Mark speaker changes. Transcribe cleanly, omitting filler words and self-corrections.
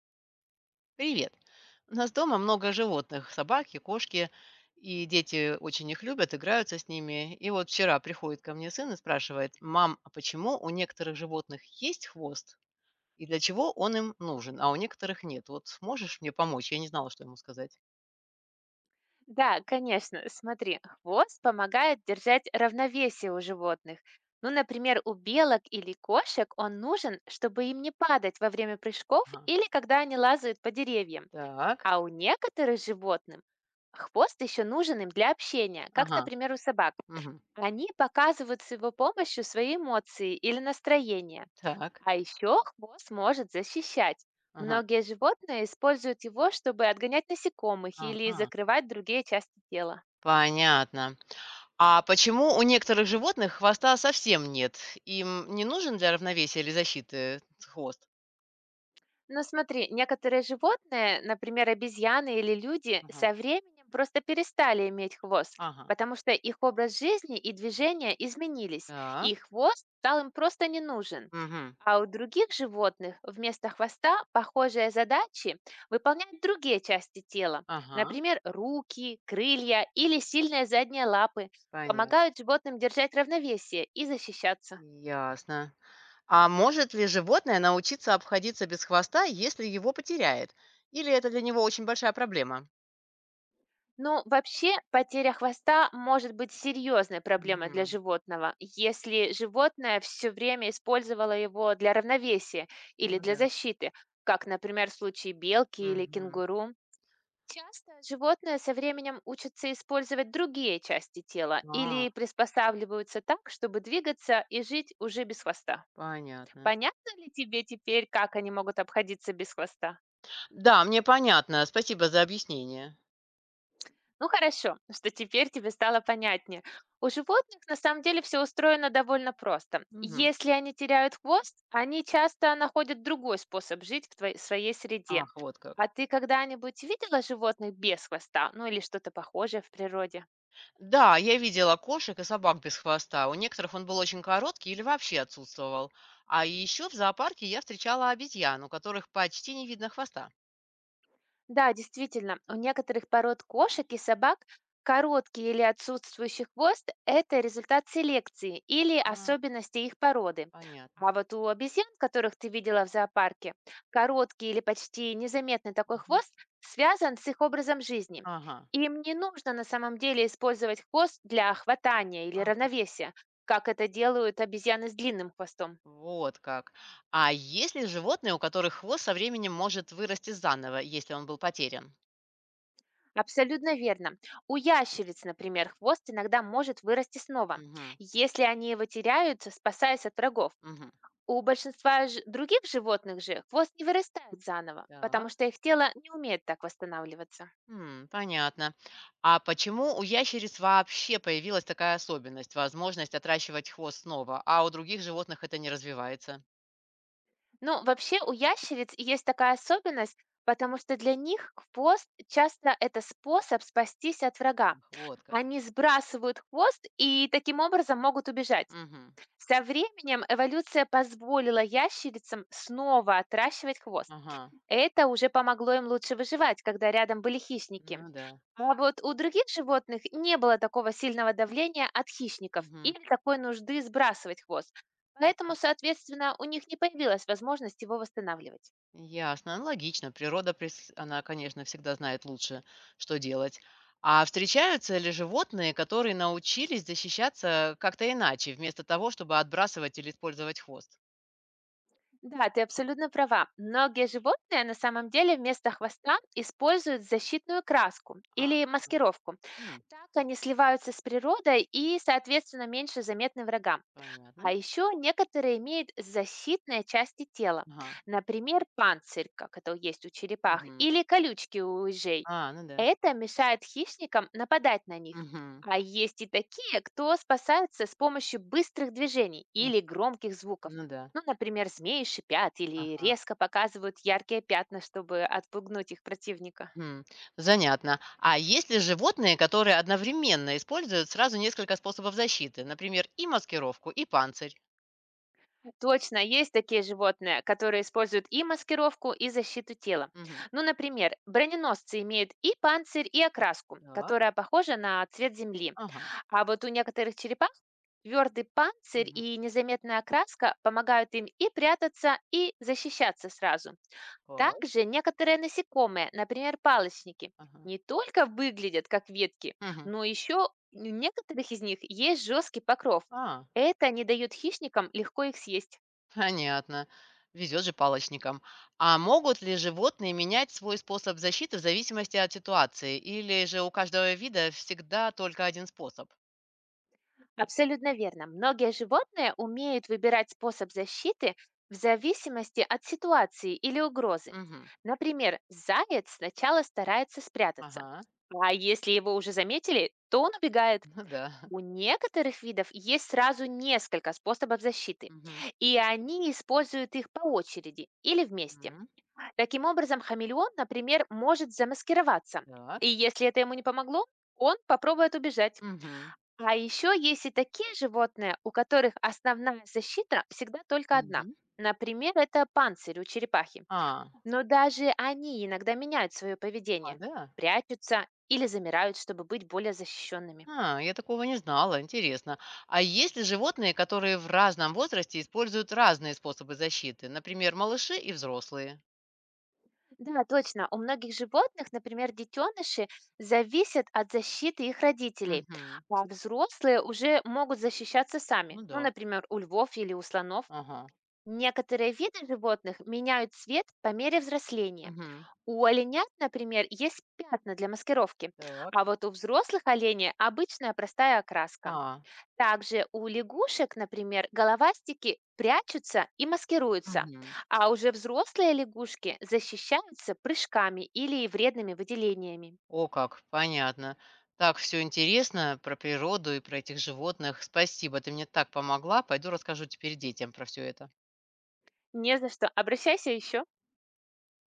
Speaker 1: Привет. У нас дома много животных, собаки, кошки, и дети очень их любят, играются с ними. И вот вчера приходит ко мне сын и спрашивает, мам, а почему у некоторых животных есть хвост? И для чего он им нужен, а у некоторых нет? Вот можешь мне помочь? Я не знала, что ему сказать.
Speaker 2: Да, конечно. Смотри, хвост помогает держать равновесие у животных. Ну, например, у белок или кошек он нужен, чтобы им не падать во время прыжков
Speaker 1: Ага.
Speaker 2: или когда они лазают по деревьям.
Speaker 1: Так,
Speaker 2: А у некоторых животных хвост еще нужен им для общения, как,
Speaker 1: ага,
Speaker 2: например, у собак.
Speaker 1: мгм.
Speaker 2: Они показывают с его помощью свои эмоции или настроение.
Speaker 1: Так,
Speaker 2: А еще хвост может защищать.
Speaker 1: ага,
Speaker 2: Многие животные используют его, чтобы отгонять насекомых или
Speaker 1: ага.
Speaker 2: закрывать другие части тела.
Speaker 1: Понятно. А почему у некоторых животных хвоста совсем нет? Им не нужен для равновесия или защиты хвост?
Speaker 2: Но смотри, некоторые животные, например, обезьяны или люди, со временем просто перестали иметь хвост,
Speaker 1: Ага.
Speaker 2: потому что их образ жизни и движения изменились,
Speaker 1: Так.
Speaker 2: и хвост стал им просто не нужен.
Speaker 1: Мгм.
Speaker 2: А у других животных вместо хвоста похожие задачи выполняют другие части тела,
Speaker 1: Ага.
Speaker 2: например, руки, крылья или сильные задние лапы,
Speaker 1: Понятно.
Speaker 2: помогают животным держать равновесие и защищаться.
Speaker 1: Ясно. А может ли животное научиться обходиться без хвоста, если его потеряет? Или это для него очень большая проблема?
Speaker 2: Ну, вообще, потеря хвоста может быть серьезной проблемой для
Speaker 1: Мгм.
Speaker 2: животного, если животное все время использовало его для равновесия или
Speaker 1: Ну
Speaker 2: для
Speaker 1: да.
Speaker 2: защиты, как, например, в случае белки или
Speaker 1: Мгм.
Speaker 2: кенгуру. Часто животные со временем учатся использовать другие части тела
Speaker 1: А,
Speaker 2: или приспосабливаются так, чтобы двигаться и жить уже без хвоста.
Speaker 1: понятно.
Speaker 2: Понятно ли тебе теперь, как они могут обходиться без хвоста?
Speaker 1: Да, мне понятно. Спасибо за объяснение.
Speaker 2: Ну хорошо, что теперь тебе стало понятнее. У животных на самом деле все устроено довольно просто.
Speaker 1: Мгм.
Speaker 2: Если они теряют хвост, они часто находят другой способ жить в твоей, своей среде.
Speaker 1: Ах, вот как.
Speaker 2: А ты когда-нибудь видела животных без хвоста, ну или что-то похожее в природе?
Speaker 1: Да, я видела кошек и собак без хвоста. У некоторых он был очень короткий или вообще отсутствовал. А еще в зоопарке я встречала обезьян, у которых почти не видно хвоста.
Speaker 2: Да, действительно, у некоторых пород кошек и собак короткий или отсутствующий хвост– это результат селекции или
Speaker 1: А,
Speaker 2: особенности их породы.
Speaker 1: понятно.
Speaker 2: А вот у обезьян, которых ты видела в зоопарке, короткий или почти незаметный такой
Speaker 1: Мгм.
Speaker 2: хвост связан с их образом жизни.
Speaker 1: Ага,
Speaker 2: Им не нужно на самом деле использовать хвост для хватания или
Speaker 1: ага.
Speaker 2: равновесия, как это делают обезьяны с длинным хвостом.
Speaker 1: Вот как. А есть ли животные, у которых хвост со временем может вырасти заново, если он был потерян?
Speaker 2: Абсолютно верно. У ящериц, например, хвост иногда может вырасти снова,
Speaker 1: Мгм,
Speaker 2: если они его теряют, спасаясь от врагов.
Speaker 1: мгм.
Speaker 2: У большинства других животных же хвост не вырастает заново, потому
Speaker 1: Так.
Speaker 2: что их тело не умеет так восстанавливаться.
Speaker 1: М, понятно. А почему у ящериц вообще появилась такая особенность, возможность отращивать хвост снова, а у других животных это не развивается?
Speaker 2: Ну, вообще у ящериц есть такая особенность, потому что для них хвост часто это способ спастись от врага.
Speaker 1: Ах, вот как.
Speaker 2: Они сбрасывают хвост и таким образом могут убежать.
Speaker 1: Мгм.
Speaker 2: Со временем эволюция позволила ящерицам снова отращивать хвост.
Speaker 1: Ага.
Speaker 2: Это уже помогло им лучше выживать, когда рядом были хищники.
Speaker 1: Ну да.
Speaker 2: А вот у других животных не было такого сильного давления от хищников
Speaker 1: Мгм.
Speaker 2: или такой нужды сбрасывать хвост. Поэтому, соответственно, у них не появилась возможность его восстанавливать.
Speaker 1: Ясно, ну, логично. Природа, прис- она, конечно, всегда знает лучше, что делать. А встречаются ли животные, которые научились защищаться как-то иначе, вместо того, чтобы отбрасывать или использовать хвост?
Speaker 2: Да, ты абсолютно права. Многие животные на самом деле вместо хвоста используют защитную краску или
Speaker 1: А,
Speaker 2: маскировку.
Speaker 1: м,
Speaker 2: Так они сливаются с природой и, соответственно, меньше заметны врагам. А
Speaker 1: понятно.
Speaker 2: еще некоторые имеют защитные части тела,
Speaker 1: Ага.
Speaker 2: например, панцирь, как это есть у черепах,
Speaker 1: Мгм.
Speaker 2: или колючки у ежей.
Speaker 1: А, ну да.
Speaker 2: Это мешает хищникам нападать на них.
Speaker 1: Мгм.
Speaker 2: А есть и такие, кто спасаются с помощью быстрых движений
Speaker 1: М.
Speaker 2: или громких звуков.
Speaker 1: Ну да.
Speaker 2: Ну, например, змеи шипят или
Speaker 1: Ага.
Speaker 2: резко показывают яркие пятна, чтобы отпугнуть их противника.
Speaker 1: М. Занятно. А есть ли животные, которые одновременно используют сразу несколько способов защиты? Например, и маскировку, и панцирь.
Speaker 2: Точно, есть такие животные, которые используют и маскировку, и защиту тела.
Speaker 1: Мгм.
Speaker 2: Ну, например, броненосцы имеют и панцирь, и окраску,
Speaker 1: Так.
Speaker 2: которая похожа на цвет земли.
Speaker 1: Ага.
Speaker 2: А вот у некоторых черепах твердый панцирь и
Speaker 1: Мгм.
Speaker 2: незаметная окраска помогают им и прятаться, и защищаться сразу.
Speaker 1: Класс.
Speaker 2: Также некоторые насекомые, например, палочники,
Speaker 1: Ага.
Speaker 2: не только выглядят как ветки,
Speaker 1: Мгм.
Speaker 2: но еще у некоторых из них есть жесткий покров.
Speaker 1: А,
Speaker 2: Это не дает хищникам легко их съесть.
Speaker 1: понятно. Везет же палочникам. А могут ли животные менять свой способ защиты в зависимости от ситуации? Или же у каждого вида всегда только один способ?
Speaker 2: Абсолютно верно. Многие животные умеют выбирать способ защиты в зависимости от ситуации или угрозы.
Speaker 1: Мгм.
Speaker 2: Например, заяц сначала старается спрятаться,
Speaker 1: Ага.
Speaker 2: а если его уже заметили, то он убегает.
Speaker 1: Ну да.
Speaker 2: У некоторых видов есть сразу несколько способов защиты,
Speaker 1: Мгм.
Speaker 2: и они используют их по очереди или вместе.
Speaker 1: М.
Speaker 2: Таким образом, хамелеон, например, может замаскироваться, и
Speaker 1: Так.
Speaker 2: если это ему не помогло, он попробует убежать.
Speaker 1: Мгм.
Speaker 2: А еще есть и такие животные, у которых основная защита всегда только одна.
Speaker 1: Мгм.
Speaker 2: Например, это панцирь у черепахи.
Speaker 1: А,
Speaker 2: Но даже они иногда меняют свое
Speaker 1: а,
Speaker 2: поведение,
Speaker 1: да.
Speaker 2: прячутся или замирают, чтобы быть более защищенными.
Speaker 1: А, я такого не знала. Интересно. А есть ли животные, которые в разном возрасте используют разные способы защиты? Например, малыши и взрослые.
Speaker 2: Да, точно. У многих животных, например, детеныши, зависят от защиты их родителей,
Speaker 1: Мгм.
Speaker 2: а взрослые уже могут защищаться
Speaker 1: Ну
Speaker 2: сами. Ну,
Speaker 1: да.
Speaker 2: например, у львов или у слонов.
Speaker 1: Ага.
Speaker 2: Некоторые виды животных меняют цвет по мере взросления.
Speaker 1: Мгм.
Speaker 2: У оленят, например, есть пятна для маскировки,
Speaker 1: Так.
Speaker 2: а вот у взрослых оленей обычная простая окраска.
Speaker 1: А.
Speaker 2: Также у лягушек, например, головастики прячутся и маскируются,
Speaker 1: Мгм.
Speaker 2: а уже взрослые лягушки защищаются прыжками или вредными выделениями.
Speaker 1: О, как, понятно. Так, все интересно про природу и про этих животных. Спасибо, ты мне так помогла. Пойду расскажу теперь детям про все это.
Speaker 2: Не за что, обращайся еще.